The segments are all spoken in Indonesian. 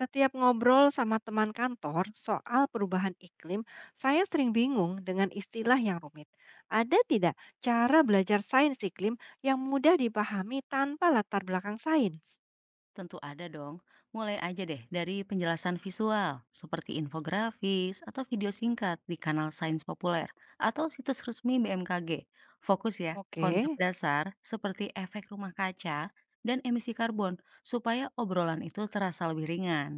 Setiap ngobrol sama teman kantor soal perubahan iklim, saya sering bingung dengan istilah yang rumit. Ada tidak cara belajar sains iklim yang mudah dipahami tanpa latar belakang sains? Tentu ada dong. Mulai aja deh dari penjelasan visual, seperti infografis atau video singkat di kanal Sains Populer atau situs resmi BMKG. Fokus ya ke konsep Oke. dasar seperti efek rumah kaca dan emisi karbon supaya obrolan itu terasa lebih ringan.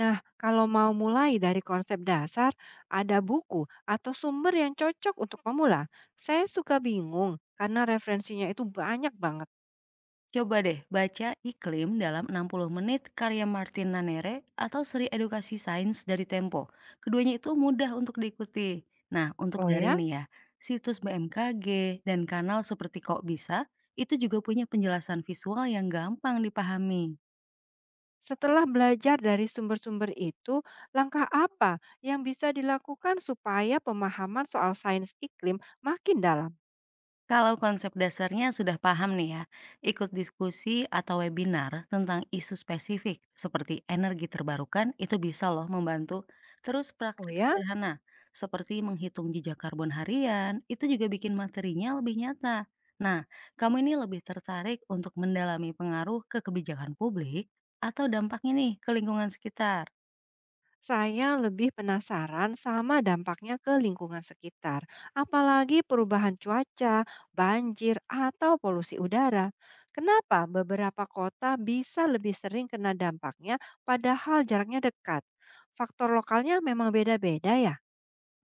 Nah, kalau mau mulai dari konsep dasar, ada buku atau sumber yang cocok untuk pemula. Saya suka bingung karena referensinya itu banyak banget. Coba deh baca Iklim dalam 60 menit karya Martin Nanere atau seri edukasi sains dari Tempo. Keduanya itu mudah untuk diikuti. Nah, untuk Oh daring ya? nih ya, situs BMKG dan kanal seperti Kok Bisa itu juga punya penjelasan visual yang gampang dipahami. Setelah belajar dari sumber-sumber itu, langkah apa yang bisa dilakukan supaya pemahaman soal sains iklim makin dalam? Kalau konsep dasarnya sudah paham nih ya, ikut diskusi atau webinar tentang isu spesifik seperti energi terbarukan itu bisa loh membantu. Terus Oh praktik ya, sederhana seperti menghitung jejak karbon harian itu juga bikin materinya lebih nyata. Nah, kamu ini lebih tertarik untuk mendalami pengaruh ke kebijakan publik atau dampaknya nih ke lingkungan sekitar? saya lebih penasaran sama dampaknya ke lingkungan sekitar, apalagi perubahan cuaca, banjir, atau polusi udara. Kenapa beberapa kota bisa lebih sering kena dampaknya, padahal jaraknya dekat? Faktor lokalnya memang beda-beda ya?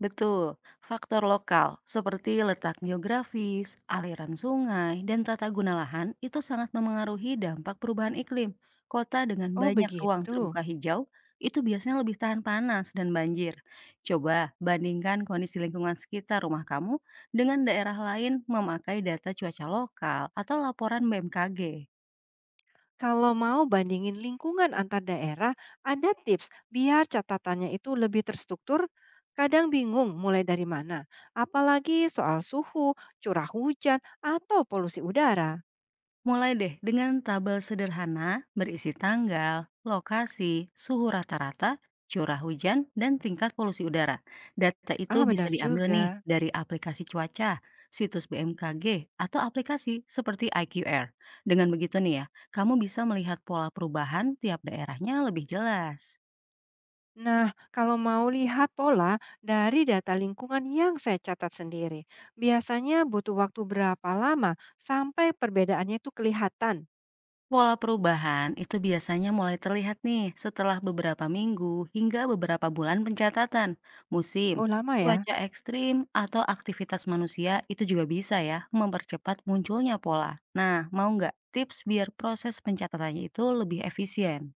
Betul, faktor lokal seperti letak geografis, aliran sungai, dan tata guna lahan itu sangat memengaruhi dampak perubahan iklim. Kota dengan Oh banyak ruang begitu. terbuka hijau itu biasanya lebih tahan panas dan banjir. Coba bandingkan kondisi lingkungan sekitar rumah kamu dengan daerah lain memakai data cuaca lokal atau laporan BMKG. Kalau mau bandingin lingkungan antar daerah, ada tips biar catatannya itu lebih terstruktur. Kadang bingung mulai dari mana, apalagi soal suhu, curah hujan, atau polusi udara. Mulai deh dengan tabel sederhana berisi tanggal, lokasi, suhu rata-rata, curah hujan, dan tingkat polusi udara. Data Ah, itu bisa benar diambil nih juga. dari aplikasi cuaca, situs BMKG, atau aplikasi seperti IQR. Dengan begitu nih ya, kamu bisa melihat pola perubahan tiap daerahnya lebih jelas. Nah, kalau mau lihat pola dari data lingkungan yang saya catat sendiri, biasanya butuh waktu berapa lama sampai perbedaannya itu kelihatan? Pola perubahan itu biasanya mulai terlihat nih setelah beberapa minggu hingga beberapa bulan pencatatan, musim, Oh, lama ya. cuaca ekstrim, atau aktivitas manusia itu juga bisa ya mempercepat munculnya pola. Nah, mau nggak tips biar proses pencatatannya itu lebih efisien?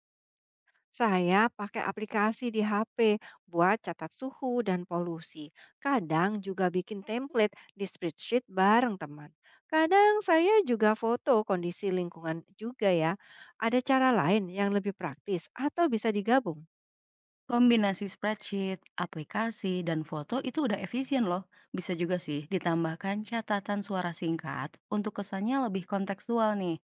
Saya pakai aplikasi di HP buat catat suhu dan polusi. Kadang juga bikin template di spreadsheet bareng teman. Kadang saya juga foto kondisi lingkungan juga ya. Ada cara lain yang lebih praktis atau bisa digabung. Kombinasi spreadsheet, aplikasi, dan foto itu udah efisien loh. Bisa juga sih ditambahkan catatan suara singkat untuk kesannya lebih kontekstual nih.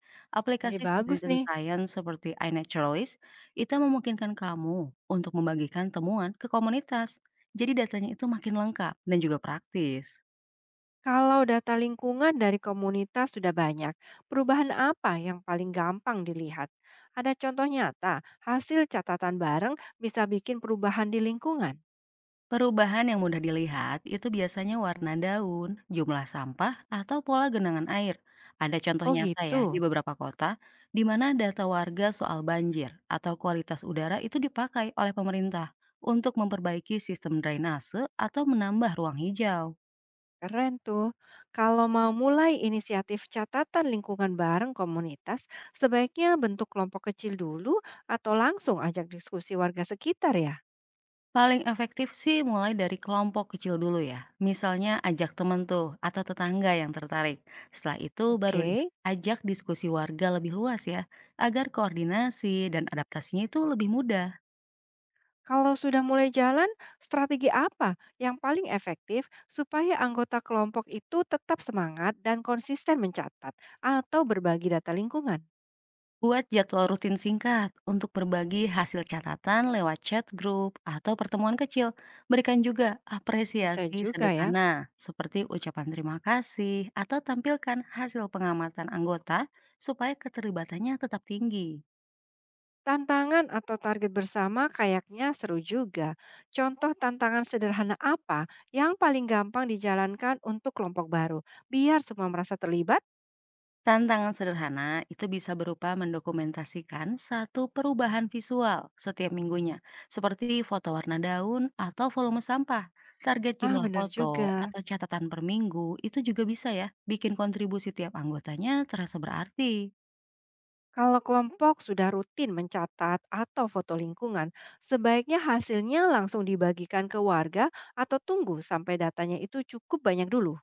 Ini Aplikasi bagus citizen nih. science seperti iNaturalist itu memungkinkan kamu untuk membagikan temuan ke komunitas. Jadi datanya itu makin lengkap dan juga praktis. Kalau data lingkungan dari komunitas sudah banyak, perubahan apa yang paling gampang dilihat? Ada contoh nyata, hasil catatan bareng bisa bikin perubahan di lingkungan. Perubahan yang mudah dilihat itu biasanya warna daun, jumlah sampah, atau pola genangan air. Ada contoh Oh nyata ya di gitu. beberapa kota di mana data warga soal banjir atau kualitas udara itu dipakai oleh pemerintah untuk memperbaiki sistem drainase atau menambah ruang hijau. Keren tuh. Kalau mau mulai inisiatif catatan lingkungan bareng komunitas, sebaiknya bentuk kelompok kecil dulu atau langsung ajak diskusi warga sekitar ya. Paling efektif sih mulai dari kelompok kecil dulu ya. Misalnya ajak temen tuh atau tetangga yang tertarik. Setelah itu baru deh Oke. ajak diskusi warga lebih luas ya, agar koordinasi dan adaptasinya itu lebih mudah. Kalau sudah mulai jalan, strategi apa yang paling efektif supaya anggota kelompok itu tetap semangat dan konsisten mencatat atau berbagi data lingkungan? Buat jadwal rutin singkat untuk berbagi hasil catatan lewat chat grup atau pertemuan kecil. Berikan juga Bisa apresiasi juga ya. sederhana seperti ucapan terima kasih atau tampilkan hasil pengamatan anggota supaya keterlibatannya tetap tinggi. Tantangan atau target bersama kayaknya seru juga. Contoh tantangan sederhana apa yang paling gampang dijalankan untuk kelompok baru? Biar semua merasa terlibat? Tantangan sederhana itu bisa berupa mendokumentasikan satu perubahan visual setiap minggunya, seperti foto warna daun atau volume sampah. Target Ah, jumlah benar foto juga. atau catatan per minggu itu juga bisa ya, bikin kontribusi tiap anggotanya terasa berarti. Kalau kelompok sudah rutin mencatat atau foto lingkungan, sebaiknya hasilnya langsung dibagikan ke warga atau tunggu sampai datanya itu cukup banyak dulu.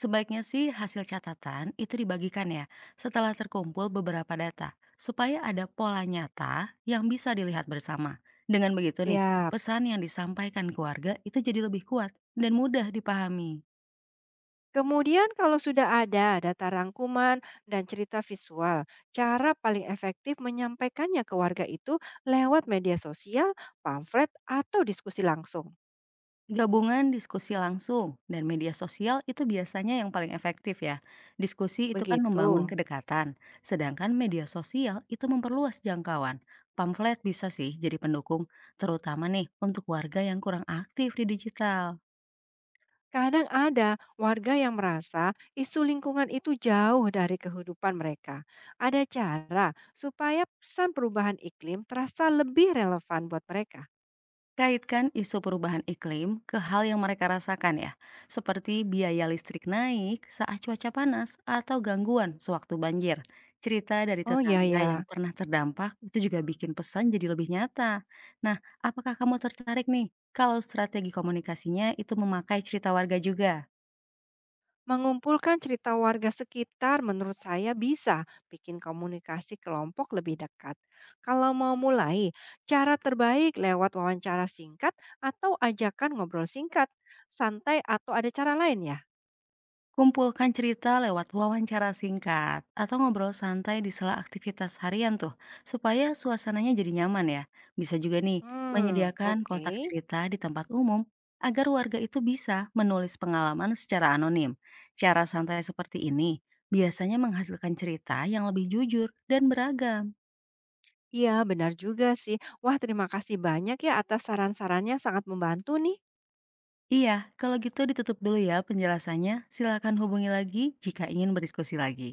Sebaiknya sih hasil catatan itu dibagikan ya setelah terkumpul beberapa data supaya ada pola nyata yang bisa dilihat bersama. Dengan begitu nih, Siap. pesan yang disampaikan keluarga itu jadi lebih kuat dan mudah dipahami. Kemudian kalau sudah ada data rangkuman dan cerita visual, cara paling efektif menyampaikannya ke warga itu lewat media sosial, pamflet, atau diskusi langsung. Gabungan diskusi langsung dan media sosial itu biasanya yang paling efektif ya. Diskusi itu kan membangun Begitu. kedekatan, sedangkan media sosial itu memperluas jangkauan. Pamflet bisa sih jadi pendukung, terutama nih untuk warga yang kurang aktif di digital. Kadang ada warga yang merasa isu lingkungan itu jauh dari kehidupan mereka. Ada cara supaya pesan perubahan iklim terasa lebih relevan buat mereka. Kaitkan isu perubahan iklim ke hal yang mereka rasakan ya, seperti biaya listrik naik saat cuaca panas atau gangguan sewaktu banjir. Cerita dari Oh iya tetangga yang ya, pernah terdampak itu juga bikin pesan jadi lebih nyata. Nah, apakah kamu tertarik nih kalau strategi komunikasinya itu memakai cerita warga juga? mengumpulkan cerita warga sekitar menurut saya bisa bikin komunikasi kelompok lebih dekat. Kalau mau mulai, cara terbaik lewat wawancara singkat atau ajakan ngobrol singkat, santai atau ada cara lain ya? Kumpulkan cerita lewat wawancara singkat atau ngobrol santai di sela aktivitas harian tuh, supaya suasananya jadi nyaman ya. Bisa juga nih Hmm, menyediakan oke. kotak cerita di tempat umum agar warga itu bisa menulis pengalaman secara anonim. Cara santai seperti ini biasanya menghasilkan cerita yang lebih jujur dan beragam. Iya, benar juga sih. Wah, terima kasih banyak ya atas saran-sarannya sangat membantu nih. Iya, kalau gitu ditutup dulu ya penjelasannya. Silakan hubungi lagi jika ingin berdiskusi lagi.